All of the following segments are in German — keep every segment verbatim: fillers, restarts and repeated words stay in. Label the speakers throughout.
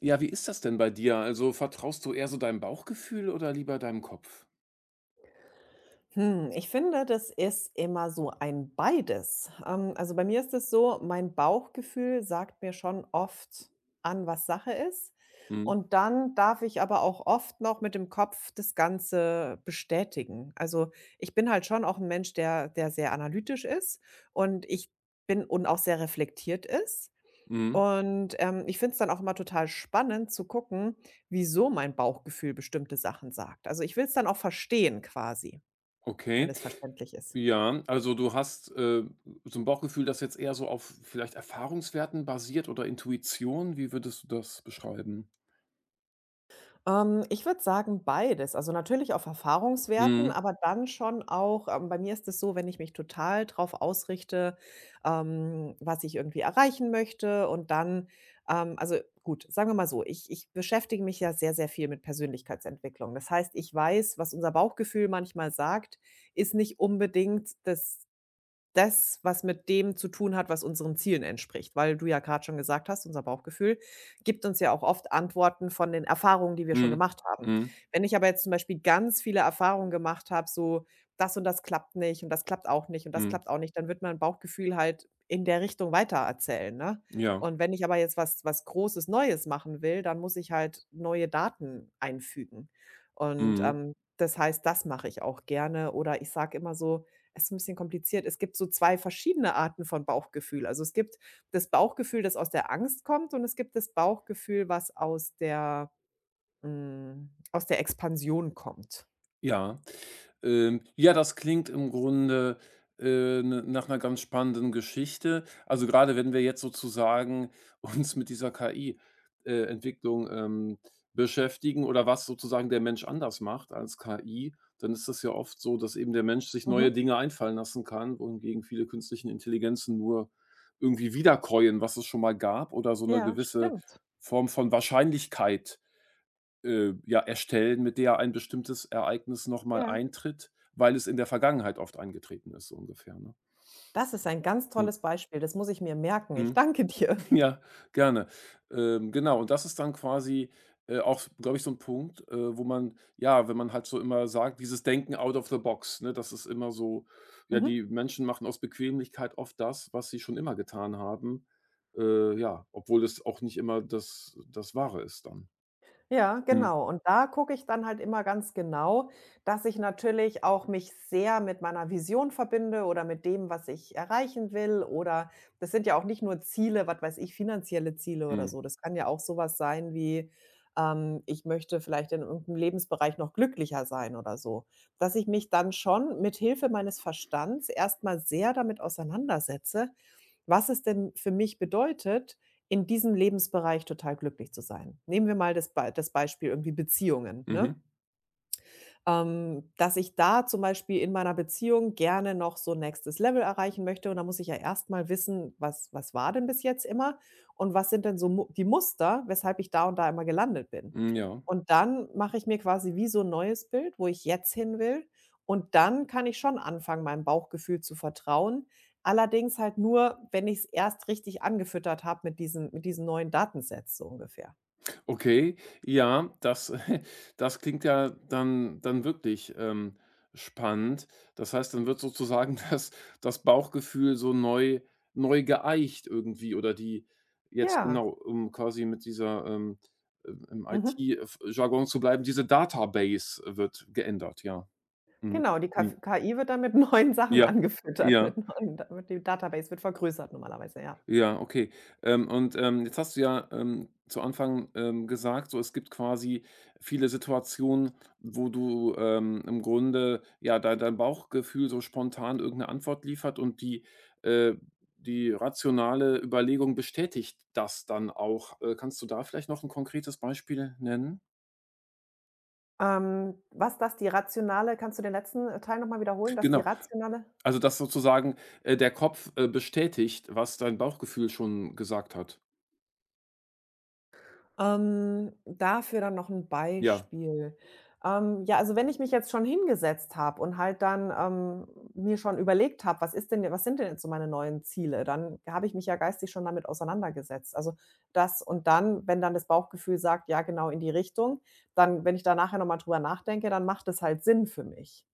Speaker 1: Ja, wie ist das denn bei dir? Also, vertraust du eher so deinem Bauchgefühl oder lieber deinem Kopf?
Speaker 2: Hm, ich finde, das ist immer so ein Beides. Ähm, also, bei mir ist es so, mein Bauchgefühl sagt mir schon oft an, was Sache ist.
Speaker 1: Mhm,
Speaker 2: Und dann darf ich aber auch oft noch mit dem Kopf das Ganze bestätigen. Also, ich bin halt schon auch ein Mensch, der der sehr analytisch ist und ich bin und auch sehr reflektiert ist.
Speaker 1: mhm,
Speaker 2: Und, ähm, ich finde es dann auch immer total spannend zu gucken, wieso mein Bauchgefühl bestimmte Sachen sagt. Also, ich will es dann auch verstehen quasi, wenn
Speaker 1: okay.
Speaker 2: das verständlich ist?
Speaker 1: Ja, also du hast, äh, so ein Bauchgefühl, das jetzt eher so auf vielleicht Erfahrungswerten basiert oder Intuition? Wie würdest du das beschreiben?
Speaker 2: Ähm, ich würde sagen, beides. Also, natürlich auf Erfahrungswerten,
Speaker 1: Mhm,
Speaker 2: aber dann schon auch ähm, bei mir ist es so, wenn ich mich total drauf ausrichte, ähm, was ich irgendwie erreichen möchte und dann ähm, also gut, sagen wir mal so, ich ich beschäftige mich ja sehr, sehr viel mit Persönlichkeitsentwicklung. Das heißt, ich weiß, was unser Bauchgefühl manchmal sagt, ist nicht unbedingt das Das, was mit dem zu tun hat, was unseren Zielen entspricht, weil du ja gerade schon gesagt hast, unser Bauchgefühl gibt uns ja auch oft Antworten von den Erfahrungen, die wir schon
Speaker 1: mhm,
Speaker 2: gemacht haben.
Speaker 1: mhm,
Speaker 2: Wenn ich aber jetzt zum Beispiel ganz viele Erfahrungen gemacht habe, so das und das klappt nicht und das klappt auch nicht und das
Speaker 1: mhm,
Speaker 2: klappt auch nicht, dann wird mein Bauchgefühl halt in der Richtung weitererzählen, ne?
Speaker 1: ja,
Speaker 2: Und wenn ich aber jetzt was was Großes Neues machen will, dann muss ich halt neue Daten einfügen. Und,
Speaker 1: mhm,
Speaker 2: ähm, das heißt, das mache ich auch gerne oder ich sage immer so: ist ein bisschen kompliziert. Es gibt so zwei verschiedene Arten von Bauchgefühl. Also, es gibt das Bauchgefühl, das aus der Angst kommt, und es gibt das Bauchgefühl, was aus der hm, aus der Expansion kommt.
Speaker 1: ja. Ähm, ja, das klingt im Grunde äh, 'ne nach einer ganz spannenden Geschichte. Also, gerade wenn wir jetzt sozusagen uns mit dieser K I äh, Entwicklung ähm, beschäftigen, oder was sozusagen der Mensch anders macht als K I, dann ist das ja oft so, dass eben der Mensch sich neue
Speaker 2: Mhm.
Speaker 1: Dinge einfallen lassen kann, wohingegen viele künstlichen Intelligenzen nur irgendwie wiederkäuen, was es schon mal gab, oder so eine
Speaker 2: Ja,
Speaker 1: gewisse
Speaker 2: stimmt.
Speaker 1: Form von Wahrscheinlichkeit äh, ja, erstellen, mit der ein bestimmtes Ereignis nochmal
Speaker 2: Ja.
Speaker 1: eintritt, weil es in der Vergangenheit oft eingetreten ist, so ungefähr, ne?
Speaker 2: Das ist ein ganz
Speaker 1: Mhm,
Speaker 2: tolles Beispiel. Das muss ich mir merken. Ich
Speaker 1: mhm.
Speaker 2: danke dir.
Speaker 1: Ja, gerne. Ähm, genau, und das ist dann quasi äh, auch, glaube ich, so ein Punkt äh, wo man ja, wenn man halt so immer sagt, dieses Denken out of the box, ne, das ist immer so, ja,
Speaker 2: Mhm.
Speaker 1: die Menschen machen aus Bequemlichkeit oft das, was sie schon immer getan haben, äh, ja, obwohl es auch nicht immer das das Wahre ist dann.
Speaker 2: Ja,
Speaker 1: Mhm,
Speaker 2: genau. Und da gucke ich dann halt immer ganz genau, dass ich natürlich auch mich sehr mit meiner Vision verbinde oder mit dem, was ich erreichen will. Oder das sind ja auch nicht nur Ziele, was weiß ich, finanzielle Ziele oder
Speaker 1: mhm,
Speaker 2: so. Das kann ja auch sowas sein wie, ähm, ich möchte vielleicht in irgendeinem Lebensbereich noch glücklicher sein oder so. Dass ich mich dann schon mit Hilfe meines Verstands erstmal sehr damit auseinandersetze, was es denn für mich bedeutet, in diesem Lebensbereich total glücklich zu sein. Nehmen wir mal das Bei das Beispiel irgendwie Beziehungen,
Speaker 1: mhm,
Speaker 2: ne? Ähm, dass ich da zum Beispiel in meiner Beziehung gerne noch so nächstes Level erreichen möchte und da muss ich ja erst mal wissen, was was war denn bis jetzt immer und was sind denn so Mu die Muster, weshalb ich da und da immer gelandet bin.
Speaker 1: mhm, ja.
Speaker 2: Und dann mache ich mir quasi wie so ein neues Bild, wo ich jetzt hin will und dann kann ich schon anfangen, meinem Bauchgefühl zu vertrauen, allerdings halt nur, wenn ich es erst richtig angefüttert habe mit diesen mit diesen neuen Datensets so ungefähr.
Speaker 1: Okay, ja, das das klingt ja dann dann wirklich ähm, spannend. Das heißt, dann wird sozusagen das das Bauchgefühl so neu neu geeicht irgendwie, oder die jetzt
Speaker 2: Ja,
Speaker 1: genau, um quasi mit dieser ähm, im im
Speaker 2: mhm.
Speaker 1: I T f Jargon zu bleiben, diese Database wird geändert, ja. Mhm.
Speaker 2: Genau, die Kaf
Speaker 1: Mhm.
Speaker 2: K I wird dann mit neuen Sachen
Speaker 1: Ja,
Speaker 2: angefüttert,
Speaker 1: ja.
Speaker 2: mit neuen da die Database wird vergrößert normalerweise, ja.
Speaker 1: Ja, okay. Ähm, und ähm, jetzt hast du ja ähm, zu Anfang ähm, gesagt, so, es gibt quasi viele Situationen, wo du ähm, im Grunde, ja, dei dein Bauchgefühl so spontan irgendeine Antwort liefert, und die äh, die rationale Überlegung bestätigt das dann auch. Äh, kannst du da vielleicht noch ein konkretes Beispiel nennen?
Speaker 2: Ähm, was, dass die rationale, kannst du den letzten äh, Teil noch mal wiederholen, dass die
Speaker 1: Genau.
Speaker 2: rationale
Speaker 1: Also, dass sozusagen äh, der Kopf äh, bestätigt, was dein Bauchgefühl schon gesagt hat.
Speaker 2: Ähm, dafür dann noch ein
Speaker 1: Ja.
Speaker 2: Beispiel. Ähm, ja, also, wenn ich mich jetzt schon hingesetzt habe und halt dann, ähm, mir schon überlegt habe: „Was ist denn was sind denn jetzt so meine neuen Ziele?“, dann habe ich mich ja geistig schon damit auseinandergesetzt. Also, das und dann wenn dann das Bauchgefühl sagt: „Ja, genau in die Richtung“, dann wenn ich da nachher noch mal drüber nachdenke, dann macht es halt Sinn für mich.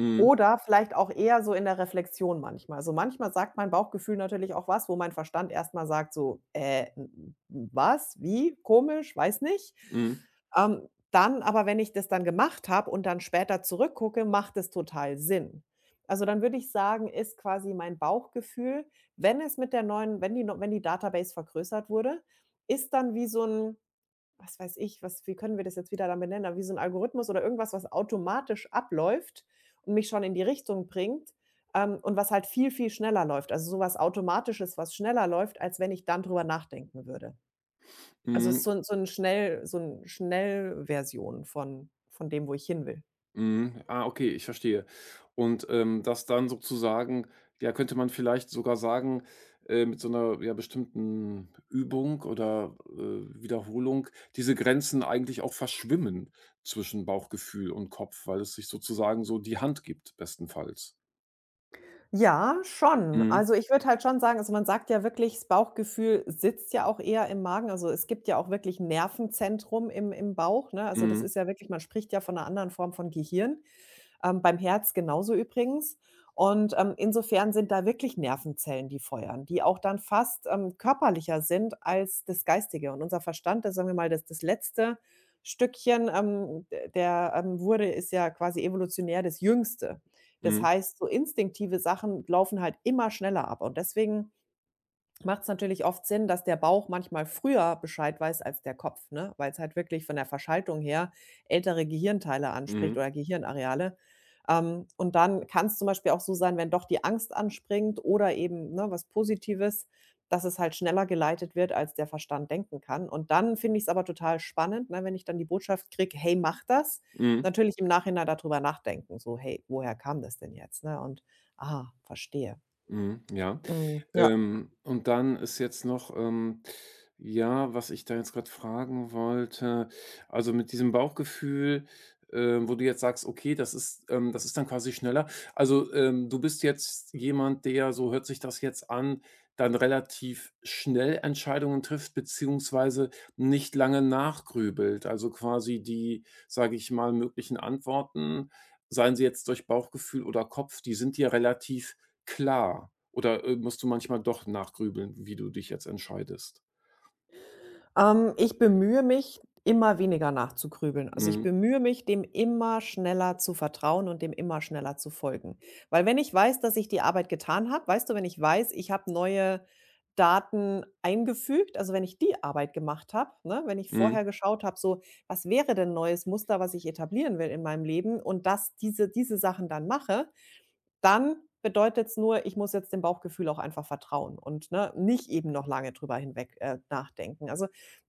Speaker 1: Mhm.
Speaker 2: Oder vielleicht auch eher so in der Reflexion manchmal. Also, manchmal sagt mein Bauchgefühl natürlich auch was, wo mein Verstand erstmal sagt so: „Äh, m m Was? Wie? Komisch, weiß nicht.“
Speaker 1: Mhm.
Speaker 2: Ähm, dann aber, wenn ich das dann gemacht habe und dann später zurückgucke, macht es total Sinn. Also, dann würde ich sagen, ist quasi mein Bauchgefühl, wenn es mit der neuen wenn die neu wenn die Database vergrößert wurde, ist dann wie so ein was weiß ich, was wie können wir das jetzt wieder dann benennen, aber wie so ein Algorithmus oder irgendwas, was automatisch abläuft und mich schon in die Richtung bringt, ähm, und was halt viel, viel schneller läuft. Also, sowas Automatisches, was schneller läuft, als wenn ich dann drüber nachdenken würde. Also, es ist
Speaker 1: Mhm.
Speaker 2: so 'n so 'n schnell so 'n Schnellversion von von dem, wo ich hin will.
Speaker 1: Mhm. Ah, okay, ich verstehe. Und ähm, das dann sozusagen, ja, könnte man vielleicht sogar sagen äh, mit so einer, ja, bestimmten Übung oder äh, Wiederholung diese Grenzen eigentlich auch verschwimmen zwischen Bauchgefühl und Kopf, weil es sich sozusagen so die Hand gibt bestenfalls.
Speaker 2: Ja, schon.
Speaker 1: Mhm.
Speaker 2: Also, ich würde halt schon sagen, also, man sagt ja wirklich, das Bauchgefühl sitzt ja auch eher im Magen. Also, es gibt ja auch wirklich Nervenzentrum im im Bauch, ne? Also, das
Speaker 1: Mhm.
Speaker 2: ist ja wirklich, man spricht ja von einer anderen Form von Gehirn. Ähm, beim Herz genauso übrigens. Und, ähm, insofern sind da wirklich Nervenzellen, die feuern, die auch dann fast, ähm, körperlicher sind als das Geistige. Und unser Verstand, das sagen wir mal, das das letzte Stückchen, ähm, d der, ähm, wurde ist ja quasi evolutionär das Jüngste. Das
Speaker 1: Mhm.
Speaker 2: heißt, so instinktive Sachen laufen halt immer schneller ab. Und deswegen macht es natürlich oft Sinn, dass der Bauch manchmal früher Bescheid weiß als der Kopf, ne? Weil es halt wirklich von der Verschaltung her ältere Gehirnteile anspricht
Speaker 1: Mhm.
Speaker 2: oder Gehirnareale. Ähm, und dann kann es zum Beispiel auch so sein, wenn doch die Angst anspringt oder eben, ne, was Positives, dass es halt schneller geleitet wird, als der Verstand denken kann. Und dann finde ich es aber total spannend, ne, wenn ich dann die Botschaft kriege: „Hey, mach das.“
Speaker 1: Mhm.
Speaker 2: Natürlich im Nachhinein darüber nachdenken, so: „Hey, woher kam das denn jetzt?“, ne? Und: „Ah, verstehe.“
Speaker 1: Mhm, ja.
Speaker 2: Mhm, ja.
Speaker 1: Ähm, und dann ist jetzt noch ähm, ja, was ich da jetzt gerade fragen wollte, also, mit diesem Bauchgefühl ähm, wo du jetzt sagst: „Okay, das ist ähm, das ist dann quasi schneller.“ Also ähm, du bist jetzt jemand, der, so hört sich das jetzt an, dann relativ schnell Entscheidungen trifft beziehungsweise nicht lange nachgrübelt. Also, quasi die, sage ich mal, möglichen Antworten, seien sie jetzt durch Bauchgefühl oder Kopf, die sind dir relativ klar. Oder äh, musst du manchmal doch nachgrübeln, wie du dich jetzt entscheidest?
Speaker 2: Ähm, ich bemühe mich, immer weniger nachzugrübeln. Also, ich
Speaker 1: Mhm.
Speaker 2: bemühe mich, dem immer schneller zu vertrauen und dem immer schneller zu folgen. Weil wenn ich weiß, dass ich die Arbeit getan habe, weißt du, wenn ich weiß, ich habe neue Daten eingefügt, also, wenn ich die Arbeit gemacht habe, ne, wenn ich
Speaker 1: Mhm.
Speaker 2: vorher geschaut habe, so: „Was wäre denn neues Muster, was ich etablieren will in meinem Leben?“ und dass diese diese Sachen dann mache, dann bedeutet es nur, ich muss jetzt dem Bauchgefühl auch einfach vertrauen und, ne, nicht eben noch lange drüber hinweg, äh, nachdenken. Also,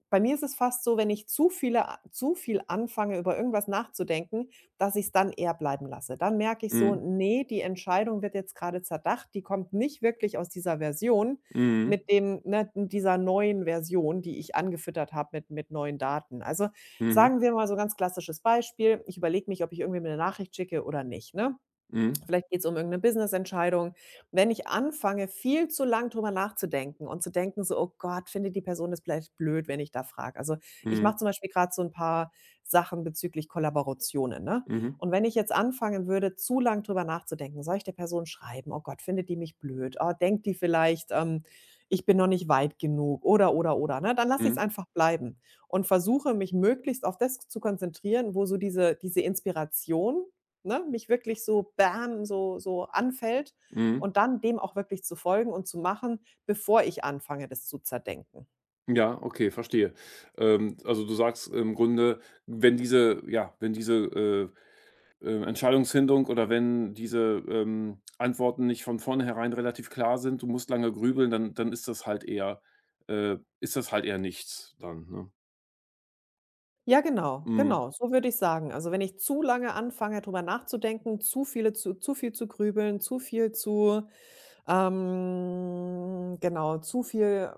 Speaker 2: bei mir ist es fast so, wenn ich zu viele zu viel anfange, über irgendwas nachzudenken, dass ich es dann eher bleiben lasse. Dann merke ich so:
Speaker 1: Mhm.
Speaker 2: nee, die Entscheidung wird jetzt gerade zerdacht, die kommt nicht wirklich aus dieser Version
Speaker 1: Mhm.
Speaker 2: mit dem, ne, dieser neuen Version, die ich angefüttert habe mit mit neuen Daten.“ Also,
Speaker 1: Mhm.
Speaker 2: sagen wir mal so ganz klassisches Beispiel, ich überlege mich, ob ich irgendwie eine Nachricht schicke oder nicht, ne?
Speaker 1: Mhm.
Speaker 2: Vielleicht geht's um irgendeine 'ne Businessentscheidung. Wenn ich anfange, viel zu lang drüber nachzudenken und zu denken so: „Oh Gott, findet die Person das vielleicht blöd, wenn ich da frage?“ Also, ich mache
Speaker 1: Mhm.
Speaker 2: zum Beispiel gerade so ein paar Sachen bezüglich Kollaborationen, ne?
Speaker 1: Mhm.
Speaker 2: Und wenn ich jetzt anfangen würde, zu lang drüber nachzudenken: „Soll ich der Person schreiben? Oh Gott, findet die mich blöd? Oh, denkt die vielleicht, ähm, ich bin noch nicht weit genug?“ Oder, oder, oder, ne? Dann lasse ich es
Speaker 1: Mhm.
Speaker 2: einfach bleiben und versuche, mich möglichst auf das zu konzentrieren, wo so diese diese Inspiration, ne, mich wirklich so bam, so so anfällt
Speaker 1: Mhm.
Speaker 2: und dann dem auch wirklich zu folgen und zu machen, bevor ich anfange, das zu zerdenken.
Speaker 1: Ja, okay, verstehe. Ähm, also, du sagst im Grunde, wenn diese, ja, wenn diese äh, äh, Entscheidungsfindung, oder wenn diese ähm, Antworten nicht von vornherein relativ klar sind, du musst lange grübeln, dann dann ist das halt eher äh, ist das halt eher nichts dann, ne?
Speaker 2: Ja, genau,
Speaker 1: Mhm.
Speaker 2: genau, so würde ich sagen. Also, wenn ich zu lange anfange, drüber nachzudenken, zu viele zu zu viel zu grübeln, zu viel zu ähm, genau, zu viel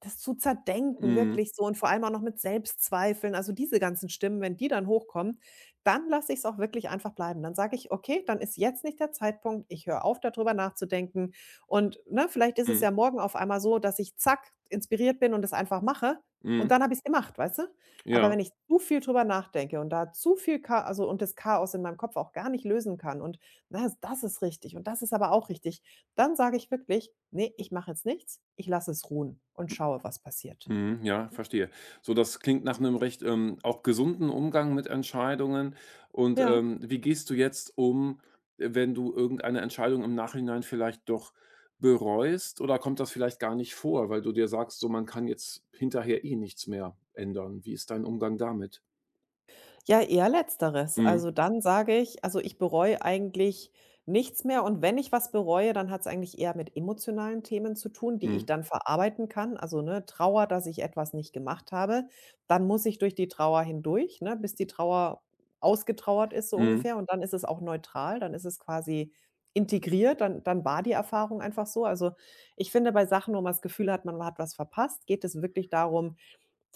Speaker 2: Das zu zerdenken,
Speaker 1: Mhm.
Speaker 2: wirklich so und vor allem auch noch mit Selbstzweifeln, also diese ganzen Stimmen, wenn die dann hochkommen, dann lasse ich es auch wirklich einfach bleiben. Dann sage ich: „Okay, dann ist jetzt nicht der Zeitpunkt. Ich höre auf, darüber nachzudenken.“ Und, ne, vielleicht ist es
Speaker 1: Mhm.
Speaker 2: ja morgen auf einmal so, dass ich zack inspiriert bin und das einfach mache und
Speaker 1: Mhm.
Speaker 2: dann habe ich es gemacht, weißt du? Aber
Speaker 1: Ja.
Speaker 2: wenn ich zu viel drüber nachdenke und da zu viel Cha also und das Chaos in meinem Kopf auch gar nicht lösen kann und, ne, das ist richtig und das ist aber auch richtig, dann sage ich wirklich: nee, ich mache jetzt nichts. Ich lasse es ruhen und schaue, was passiert.“
Speaker 1: Mhm, ja, verstehe. So, das klingt nach einem recht ähm, auch gesunden Umgang mit Entscheidungen, und
Speaker 2: Ja.
Speaker 1: ähm, wie gehst du jetzt um, wenn du irgendeine Entscheidung im Nachhinein vielleicht doch bereust, oder kommt das vielleicht gar nicht vor, weil du dir sagst, so man kann jetzt hinterher eh nichts mehr ändern? Wie ist dein Umgang damit?
Speaker 2: Ja, eher letzteres.
Speaker 1: Mhm,
Speaker 2: Also, dann sage ich, also, ich bereue eigentlich nichts mehr und wenn ich was bereue, dann hat es eigentlich eher mit emotionalen Themen zu tun, die ich
Speaker 1: mhm,
Speaker 2: dann verarbeiten kann. Also, ne, Trauer, dass ich etwas nicht gemacht habe, dann muss ich durch die Trauer hindurch, ne, bis die Trauer ausgetrauert ist so
Speaker 1: mhm,
Speaker 2: ungefähr und dann ist es auch neutral, dann ist es quasi integriert, dann dann war die Erfahrung einfach so. Also, ich finde, bei Sachen, wo man das Gefühl hat, man hat was verpasst, geht es wirklich darum,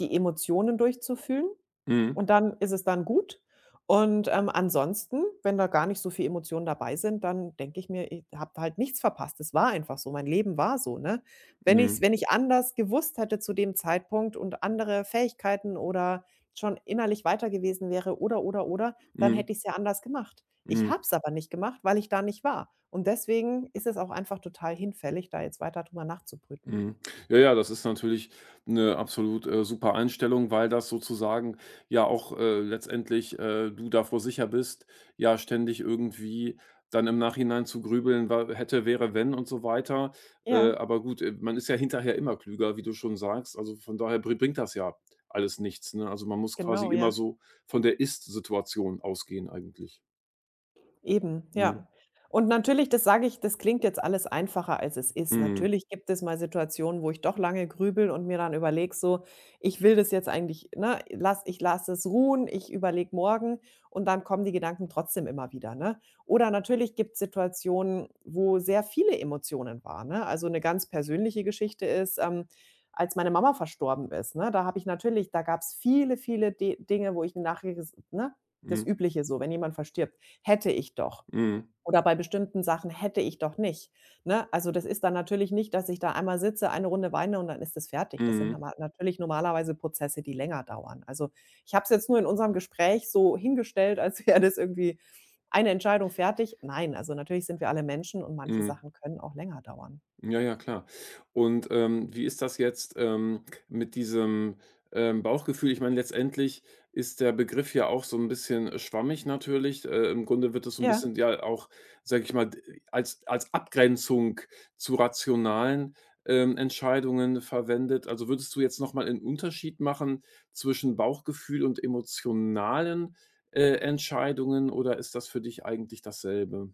Speaker 2: die Emotionen durchzufühlen
Speaker 1: mhm,
Speaker 2: und dann ist es dann gut. Und, ähm, ansonsten, wenn da gar nicht so viel Emotionen dabei sind, dann denke ich mir: „Ich habe halt nichts verpasst. Es war einfach so. Mein Leben war so“, ne? Wenn
Speaker 1: mhm,
Speaker 2: ich wenn ich anders gewusst hätte zu dem Zeitpunkt und andere Fähigkeiten oder schon innerlich weiter gewesen wäre oder, oder, oder, dann
Speaker 1: mhm,
Speaker 2: hätte ich es ja anders gemacht. Ich
Speaker 1: mhm.
Speaker 2: habe es aber nicht gemacht, weil ich da nicht war. Und deswegen ist es auch einfach total hinfällig, da jetzt weiter drüber nachzubrüten.
Speaker 1: Mhm. Ja, ja, das ist natürlich eine absolut äh, super Einstellung, weil das sozusagen ja auch äh, letztendlich äh, du davor sicher bist, ja ständig irgendwie dann im Nachhinein zu grübeln, wa hätte, wäre, wenn und so weiter. Äh,
Speaker 2: Ja,
Speaker 1: aber gut äh, man ist ja hinterher immer klüger, wie du schon sagst. Also, von daher bri bringt das ja alles nichts, ne? Also, man muss quasi
Speaker 2: genau,
Speaker 1: immer
Speaker 2: ja.
Speaker 1: so von der Ist-Situation ausgehen eigentlich.
Speaker 2: Eben,
Speaker 1: Mhm.
Speaker 2: ja. Und natürlich, das sage ich, das klingt jetzt alles einfacher, als es ist.
Speaker 1: Mhm.
Speaker 2: Natürlich gibt es mal Situationen, wo ich doch lange grübel und mir dann überlege, so, ich will das jetzt eigentlich, ne, lass, ich lasse es ruhen, ich überlege morgen und dann kommen die Gedanken trotzdem immer wieder. Ne? Oder natürlich gibt es Situationen, wo sehr viele Emotionen waren. Ne? Also eine ganz persönliche Geschichte ist, ähm, als meine Mama verstorben ist, ne, da habe ich natürlich, da gab es viele, viele De Dinge, wo ich nachher, ne, das
Speaker 1: Mhm.
Speaker 2: Übliche so, wenn jemand verstirbt. Hätte ich doch.
Speaker 1: Mhm.
Speaker 2: Oder bei bestimmten Sachen hätte ich doch nicht, ne? Also, das ist dann natürlich nicht, dass ich da einmal sitze, eine Runde weine und dann ist es fertig. Das sind
Speaker 1: Mhm.
Speaker 2: normal natürlich normalerweise Prozesse, die länger dauern. Also, ich habe es jetzt nur in unserem Gespräch so hingestellt, als wäre das irgendwie eine Entscheidung fertig. Nein, also natürlich sind wir alle Menschen und manche
Speaker 1: Mhm.
Speaker 2: Sachen können auch länger dauern.
Speaker 1: Ja, ja, klar. Und ähm, wie ist das jetzt ähm, mit diesem ähm, Bauchgefühl? Ich meine, letztendlich ist der Begriff ja auch so ein bisschen schwammig natürlich. Äh, im Grunde wird das so ein
Speaker 2: Ja.
Speaker 1: bisschen ja auch, sage ich mal, d als als Abgrenzung zu rationalen ähm, Entscheidungen verwendet. Also, würdest du jetzt noch mal 'nen Unterschied machen zwischen Bauchgefühl und emotionalen äh, Entscheidungen, oder ist das für dich eigentlich dasselbe?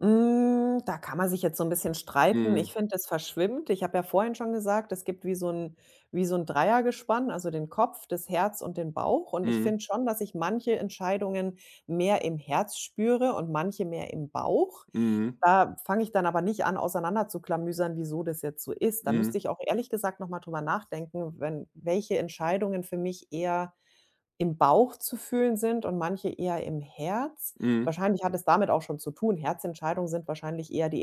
Speaker 2: Hm, da kann man sich jetzt so ein bisschen streiten. Ich
Speaker 1: Mhm.
Speaker 2: finde, das verschwimmt. Ich habe ja vorhin schon gesagt, es gibt wie so ein wie so ein Dreiergespann, also den Kopf, das Herz und den Bauch. Und ich
Speaker 1: Mhm.
Speaker 2: finde schon, dass ich manche Entscheidungen mehr im Herz spüre und manche mehr im Bauch.
Speaker 1: Mhm.
Speaker 2: Da fange ich dann aber nicht an, auseinander zu auseinanderzuklamüsern, wieso das jetzt so ist. Da müsste
Speaker 1: Mhm.
Speaker 2: ich auch ehrlich gesagt noch mal drüber nachdenken, wenn welche Entscheidungen für mich eher im Bauch zu fühlen sind und manche eher im Herz.
Speaker 1: Mhm.
Speaker 2: Wahrscheinlich hat es damit auch schon zu tun. Herzentscheidungen sind wahrscheinlich eher die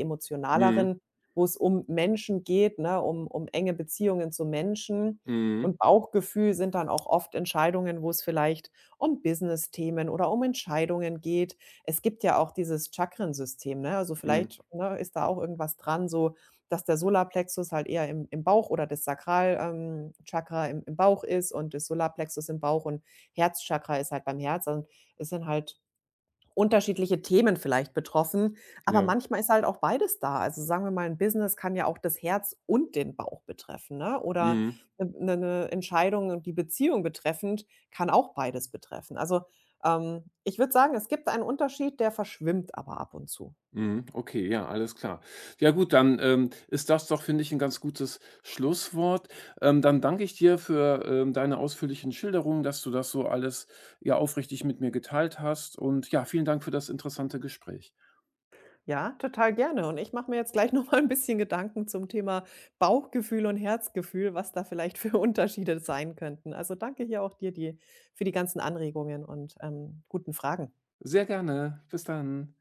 Speaker 1: Mhm,
Speaker 2: emotionaleren, wo es um Menschen geht, ne, um um enge Beziehungen zu Menschen.
Speaker 1: mhm,
Speaker 2: Und Bauchgefühl sind dann auch oft Entscheidungen, wo es vielleicht um Business-Themen oder um Entscheidungen geht. Es gibt ja auch dieses Chakrensystem, ne? Also,
Speaker 1: mhm,
Speaker 2: vielleicht, ne, ist da auch irgendwas dran, so, dass der Solarplexus halt eher im im Bauch oder das Sakral ähm, Chakra im im Bauch ist und das Solarplexus im Bauch und Herzchakra ist halt beim Herz, also, es sind halt unterschiedliche Themen vielleicht betroffen, aber
Speaker 1: ja,
Speaker 2: manchmal ist halt auch beides da. Also, sagen wir mal, ein Business kann ja auch das Herz und den Bauch betreffen, ne? Oder
Speaker 1: mhm,
Speaker 2: 'ne 'ne 'ne Entscheidung und die Beziehung betreffend kann auch beides betreffen. Also, ähm, ich würde sagen, es gibt einen Unterschied, der verschwimmt aber ab und zu.
Speaker 1: mhm, okay, ja, alles klar. Ja gut, dann ähm, ist das doch, finde ich, ein ganz gutes Schlusswort. Ähm, dann danke ich dir für ähm, deine ausführlichen Schilderungen, dass du das so alles, ja, aufrichtig mit mir geteilt hast, und ja, vielen Dank für das interessante Gespräch.
Speaker 2: Ja, total gerne. Und ich mache mir jetzt gleich noch mal ein bisschen Gedanken zum Thema Bauchgefühl und Herzgefühl, was da vielleicht für Unterschiede sein könnten. Also, danke hier auch dir die für die ganzen Anregungen und, ähm, guten Fragen.
Speaker 1: Sehr gerne. Bis dann.